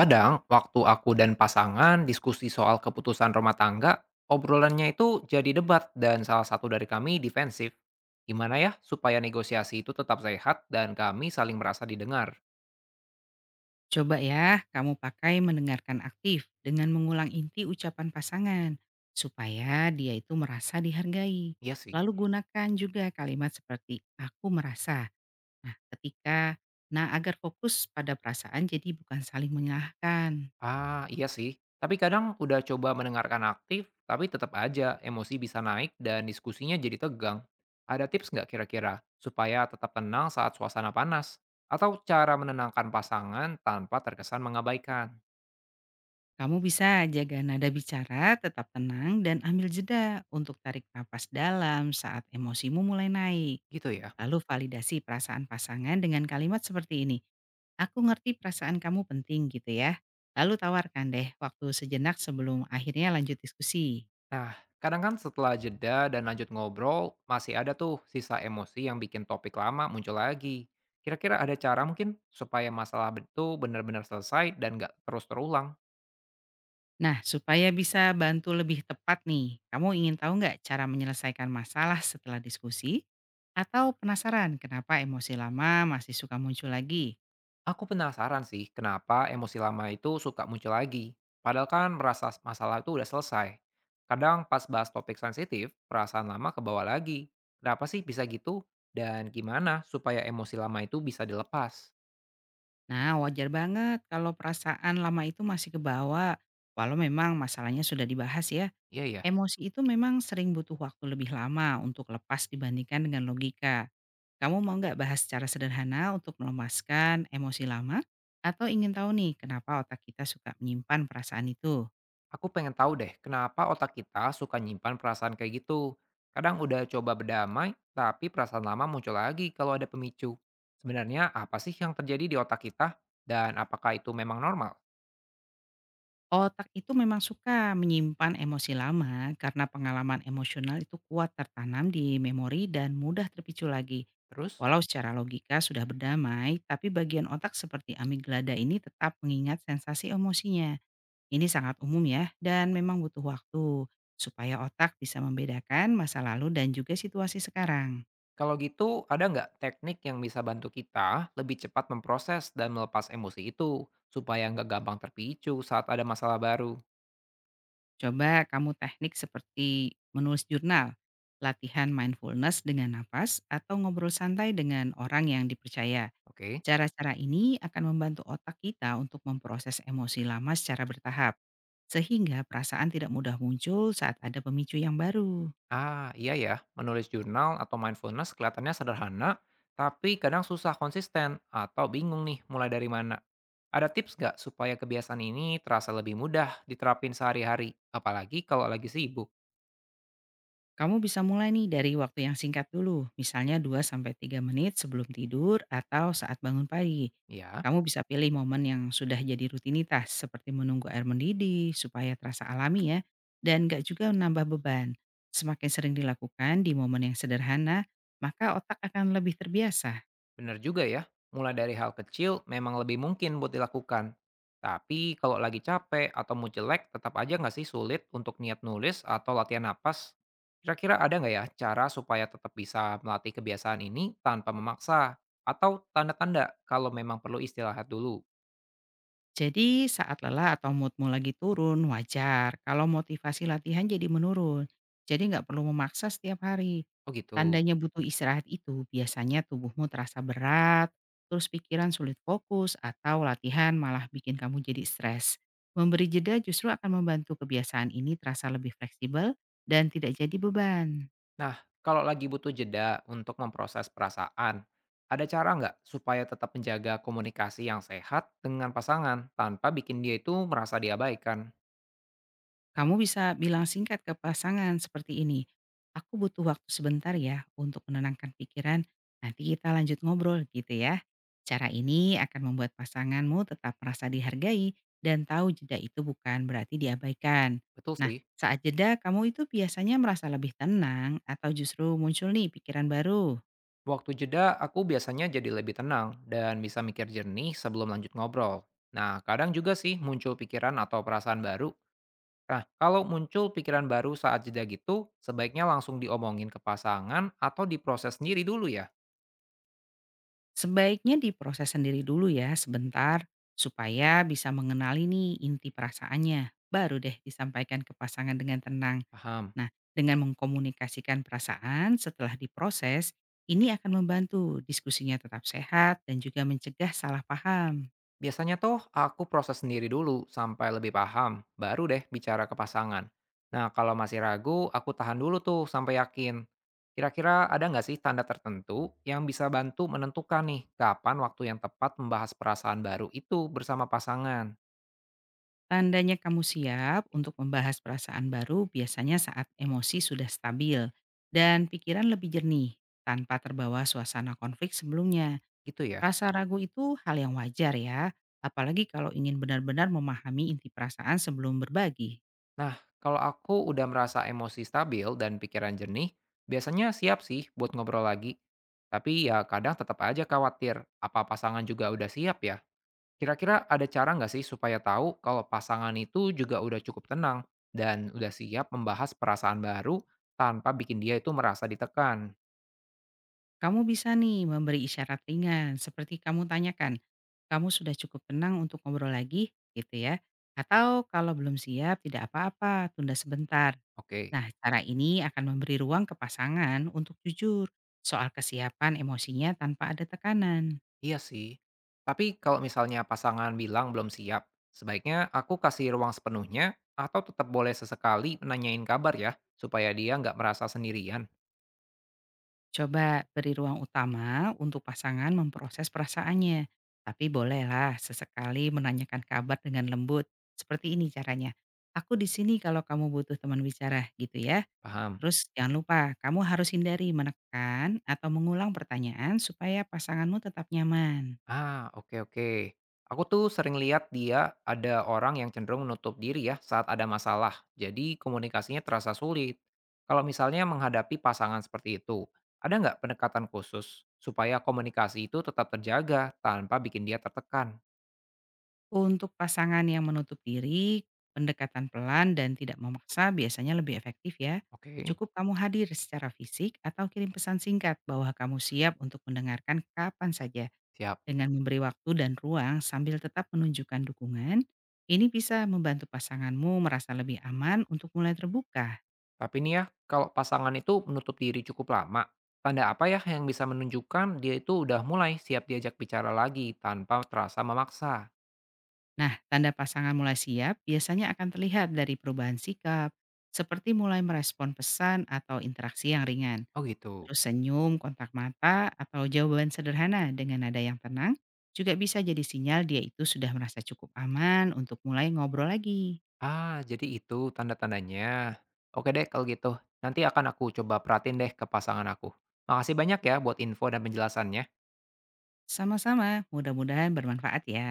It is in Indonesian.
Kadang, waktu aku dan pasangan diskusi soal keputusan rumah tangga, obrolannya itu jadi debat dan salah satu dari kami defensif. Gimana ya supaya negosiasi itu tetap sehat dan kami saling merasa didengar? Coba ya, kamu pakai mendengarkan aktif dengan mengulang inti ucapan pasangan supaya dia itu merasa dihargai. Iya sih. Lalu gunakan juga kalimat seperti aku merasa. Nah, ketika nah agar fokus pada perasaan jadi bukan saling menyalahkan. Ah, iya sih. Tapi kadang udah coba mendengarkan aktif, tapi tetap aja emosi bisa naik dan diskusinya jadi tegang. Ada tips nggak kira-kira supaya tetap tenang saat suasana panas? Atau cara menenangkan pasangan tanpa terkesan mengabaikan? Kamu bisa jaga nada bicara tetap tenang dan ambil jeda untuk tarik napas dalam saat emosimu mulai naik. Gitu ya. Lalu validasi perasaan pasangan dengan kalimat seperti ini, aku ngerti perasaan kamu penting gitu ya. Lalu tawarkan deh waktu sejenak sebelum akhirnya lanjut diskusi. Nah, kadang kan setelah jeda dan lanjut ngobrol, masih ada tuh sisa emosi yang bikin topik lama muncul lagi. Kira-kira ada cara mungkin supaya masalah itu benar-benar selesai dan nggak terus terulang? Nah, supaya bisa bantu lebih tepat nih, kamu ingin tahu nggak cara menyelesaikan masalah setelah diskusi? Atau penasaran kenapa emosi lama masih suka muncul lagi? Aku penasaran sih kenapa emosi lama itu suka muncul lagi. Padahal kan merasa masalah itu udah selesai. Kadang pas bahas topik sensitif, perasaan lama kebawa lagi. Kenapa sih bisa gitu? Dan gimana supaya emosi lama itu bisa dilepas? Nah, wajar banget kalau perasaan lama itu masih kebawa, walau memang masalahnya sudah dibahas ya. Iya ya. Emosi itu memang sering butuh waktu lebih lama untuk lepas dibandingkan dengan logika. Kamu mau nggak bahas secara sederhana untuk melemaskan emosi lama? Atau ingin tahu nih kenapa otak kita suka menyimpan perasaan itu? Aku pengen tahu deh, kenapa otak kita suka nyimpan perasaan kayak gitu. Kadang udah coba berdamai, tapi perasaan lama muncul lagi kalau ada pemicu. Sebenarnya apa sih yang terjadi di otak kita? Dan apakah itu memang normal? Otak itu memang suka menyimpan emosi lama karena pengalaman emosional itu kuat tertanam di memori dan mudah terpicu lagi. Terus, Walau secara logika sudah berdamai, tapi bagian otak seperti amigdala ini tetap mengingat sensasi emosinya. Ini sangat umum ya, dan memang butuh waktu supaya otak bisa membedakan masa lalu dan juga situasi sekarang. kalau gitu ada nggak teknik yang bisa bantu kita lebih cepat memproses dan melepas emosi itu supaya nggak gampang terpicu saat ada masalah baru? Coba kamu teknik seperti menulis jurnal, latihan mindfulness dengan nafas, atau ngobrol santai dengan orang yang dipercaya. Oke? Cara-cara ini akan membantu otak kita untuk memproses emosi lama secara bertahap, sehingga perasaan tidak mudah muncul saat ada pemicu yang baru. Ah, iya ya, menulis jurnal atau mindfulness kelihatannya sederhana, tapi kadang susah konsisten atau bingung nih mulai dari mana. Ada tips nggak supaya kebiasaan ini terasa lebih mudah diterapin sehari-hari, apalagi kalau lagi sibuk? Kamu bisa mulai nih dari waktu yang singkat dulu, misalnya 2 sampai 3 menit sebelum tidur atau saat bangun pagi. Ya. Kamu bisa pilih momen yang sudah jadi rutinitas, seperti menunggu air mendidih supaya terasa alami ya, dan gak juga menambah beban. Semakin sering dilakukan di momen yang sederhana, maka otak akan lebih terbiasa. Benar juga ya, mulai dari hal kecil memang lebih mungkin buat dilakukan. Tapi kalau lagi capek atau mau jelek, tetap aja nggak sih sulit untuk niat nulis atau latihan napas? Kira-kira ada nggak ya cara supaya tetap bisa melatih kebiasaan ini tanpa memaksa? Atau tanda-tanda kalau memang perlu istirahat dulu? Jadi saat lelah atau moodmu lagi turun wajar kalau motivasi latihan jadi menurun. Jadi nggak perlu memaksa setiap hari. Oh gitu. Tandanya butuh istirahat itu biasanya tubuhmu terasa berat, terus pikiran sulit fokus atau latihan malah bikin kamu jadi stres. Memberi jeda justru akan membantu kebiasaan ini terasa lebih fleksibel dan tidak jadi beban. Nah, kalau lagi butuh jeda untuk memproses perasaan, ada cara nggak supaya tetap menjaga komunikasi yang sehat dengan pasangan tanpa bikin dia itu merasa diabaikan? Kamu bisa bilang singkat ke pasangan seperti ini, aku butuh waktu sebentar ya untuk menenangkan pikiran, nanti kita lanjut ngobrol gitu ya. Cara ini akan membuat pasanganmu tetap merasa dihargai dan tahu jeda itu bukan berarti diabaikan. Betul Nah, sih. saat jeda kamu itu biasanya merasa lebih tenang atau justru muncul nih pikiran baru. Waktu jeda, aku biasanya jadi lebih tenang dan bisa mikir jernih sebelum lanjut ngobrol. Nah, kadang juga sih muncul pikiran atau perasaan baru. Nah, kalau muncul pikiran baru saat jeda gitu, sebaiknya langsung diomongin ke pasangan atau diproses sendiri dulu ya. Sebaiknya diproses sendiri dulu ya sebentar supaya bisa mengenali nih inti perasaannya. Baru deh disampaikan ke pasangan dengan tenang. Paham? Nah, dengan mengkomunikasikan perasaan setelah diproses, ini akan membantu diskusinya tetap sehat dan juga mencegah salah paham. Biasanya tuh aku proses sendiri dulu sampai lebih paham, baru deh bicara ke pasangan. Nah kalau masih ragu, aku tahan dulu tuh sampai yakin. Kira-kira ada nggak sih tanda tertentu yang bisa bantu menentukan nih kapan waktu yang tepat membahas perasaan baru itu bersama pasangan? Tandanya kamu siap untuk membahas perasaan baru biasanya saat emosi sudah stabil dan pikiran lebih jernih tanpa terbawa suasana konflik sebelumnya. Gitu ya. Rasa ragu itu hal yang wajar ya, apalagi kalau ingin benar-benar memahami inti perasaan sebelum berbagi. Nah kalau aku udah merasa emosi stabil dan pikiran jernih, biasanya siap sih buat ngobrol lagi. Tapi ya kadang tetap aja khawatir, apa pasangan juga udah siap ya? Kira-kira ada cara nggak sih supaya tahu kalau pasangan itu juga udah cukup tenang dan udah siap membahas perasaan baru tanpa bikin dia itu merasa ditekan? Kamu bisa nih memberi isyarat ringan seperti kamu tanyakan, kamu sudah cukup tenang untuk ngobrol lagi gitu ya. Atau kalau belum siap tidak apa-apa, tunda sebentar. Oke, Nah, cara ini akan memberi ruang ke pasangan untuk jujur soal kesiapan emosinya tanpa ada tekanan. iya sih. Tapi kalau misalnya pasangan bilang belum siap, sebaiknya aku kasih ruang sepenuhnya atau tetap boleh sesekali nanyain kabar ya, supaya dia nggak merasa sendirian. Coba beri ruang utama untuk pasangan memproses perasaannya. Tapi bolehlah sesekali menanyakan kabar dengan lembut. Seperti ini caranya. Aku di sini kalau kamu butuh teman bicara gitu ya. Paham? Terus jangan lupa, kamu harus hindari menekan atau mengulang pertanyaan supaya pasanganmu tetap nyaman. Ah, oke oke. Aku tuh sering lihat dia ada orang yang cenderung menutup diri ya saat ada masalah. Jadi komunikasinya terasa sulit. Kalau misalnya menghadapi pasangan seperti itu, ada nggak pendekatan khusus supaya komunikasi itu tetap terjaga tanpa bikin dia tertekan? Untuk pasangan yang menutup diri, pendekatan pelan dan tidak memaksa biasanya lebih efektif ya. Oke, Cukup kamu hadir secara fisik atau kirim pesan singkat bahwa kamu siap untuk mendengarkan kapan saja siap. dengan memberi waktu dan ruang sambil tetap menunjukkan dukungan. Ini bisa membantu pasanganmu merasa lebih aman untuk mulai terbuka. Tapi nih ya, kalau pasangan itu menutup diri cukup lama, tanda apa ya yang bisa menunjukkan dia itu udah mulai siap diajak bicara lagi tanpa terasa memaksa? Nah, tanda pasangan mulai siap biasanya akan terlihat dari perubahan sikap, seperti mulai merespon pesan atau interaksi yang ringan. Oh gitu. Terus senyum, kontak mata, atau jawaban sederhana dengan nada yang tenang juga bisa jadi sinyal dia itu sudah merasa cukup aman untuk mulai ngobrol lagi. Ah, jadi itu tanda-tandanya. Oke deh kalau gitu, nanti akan aku coba perhatiin deh ke pasangan aku. Makasih banyak ya buat info dan penjelasannya. Sama-sama, mudah-mudahan bermanfaat ya.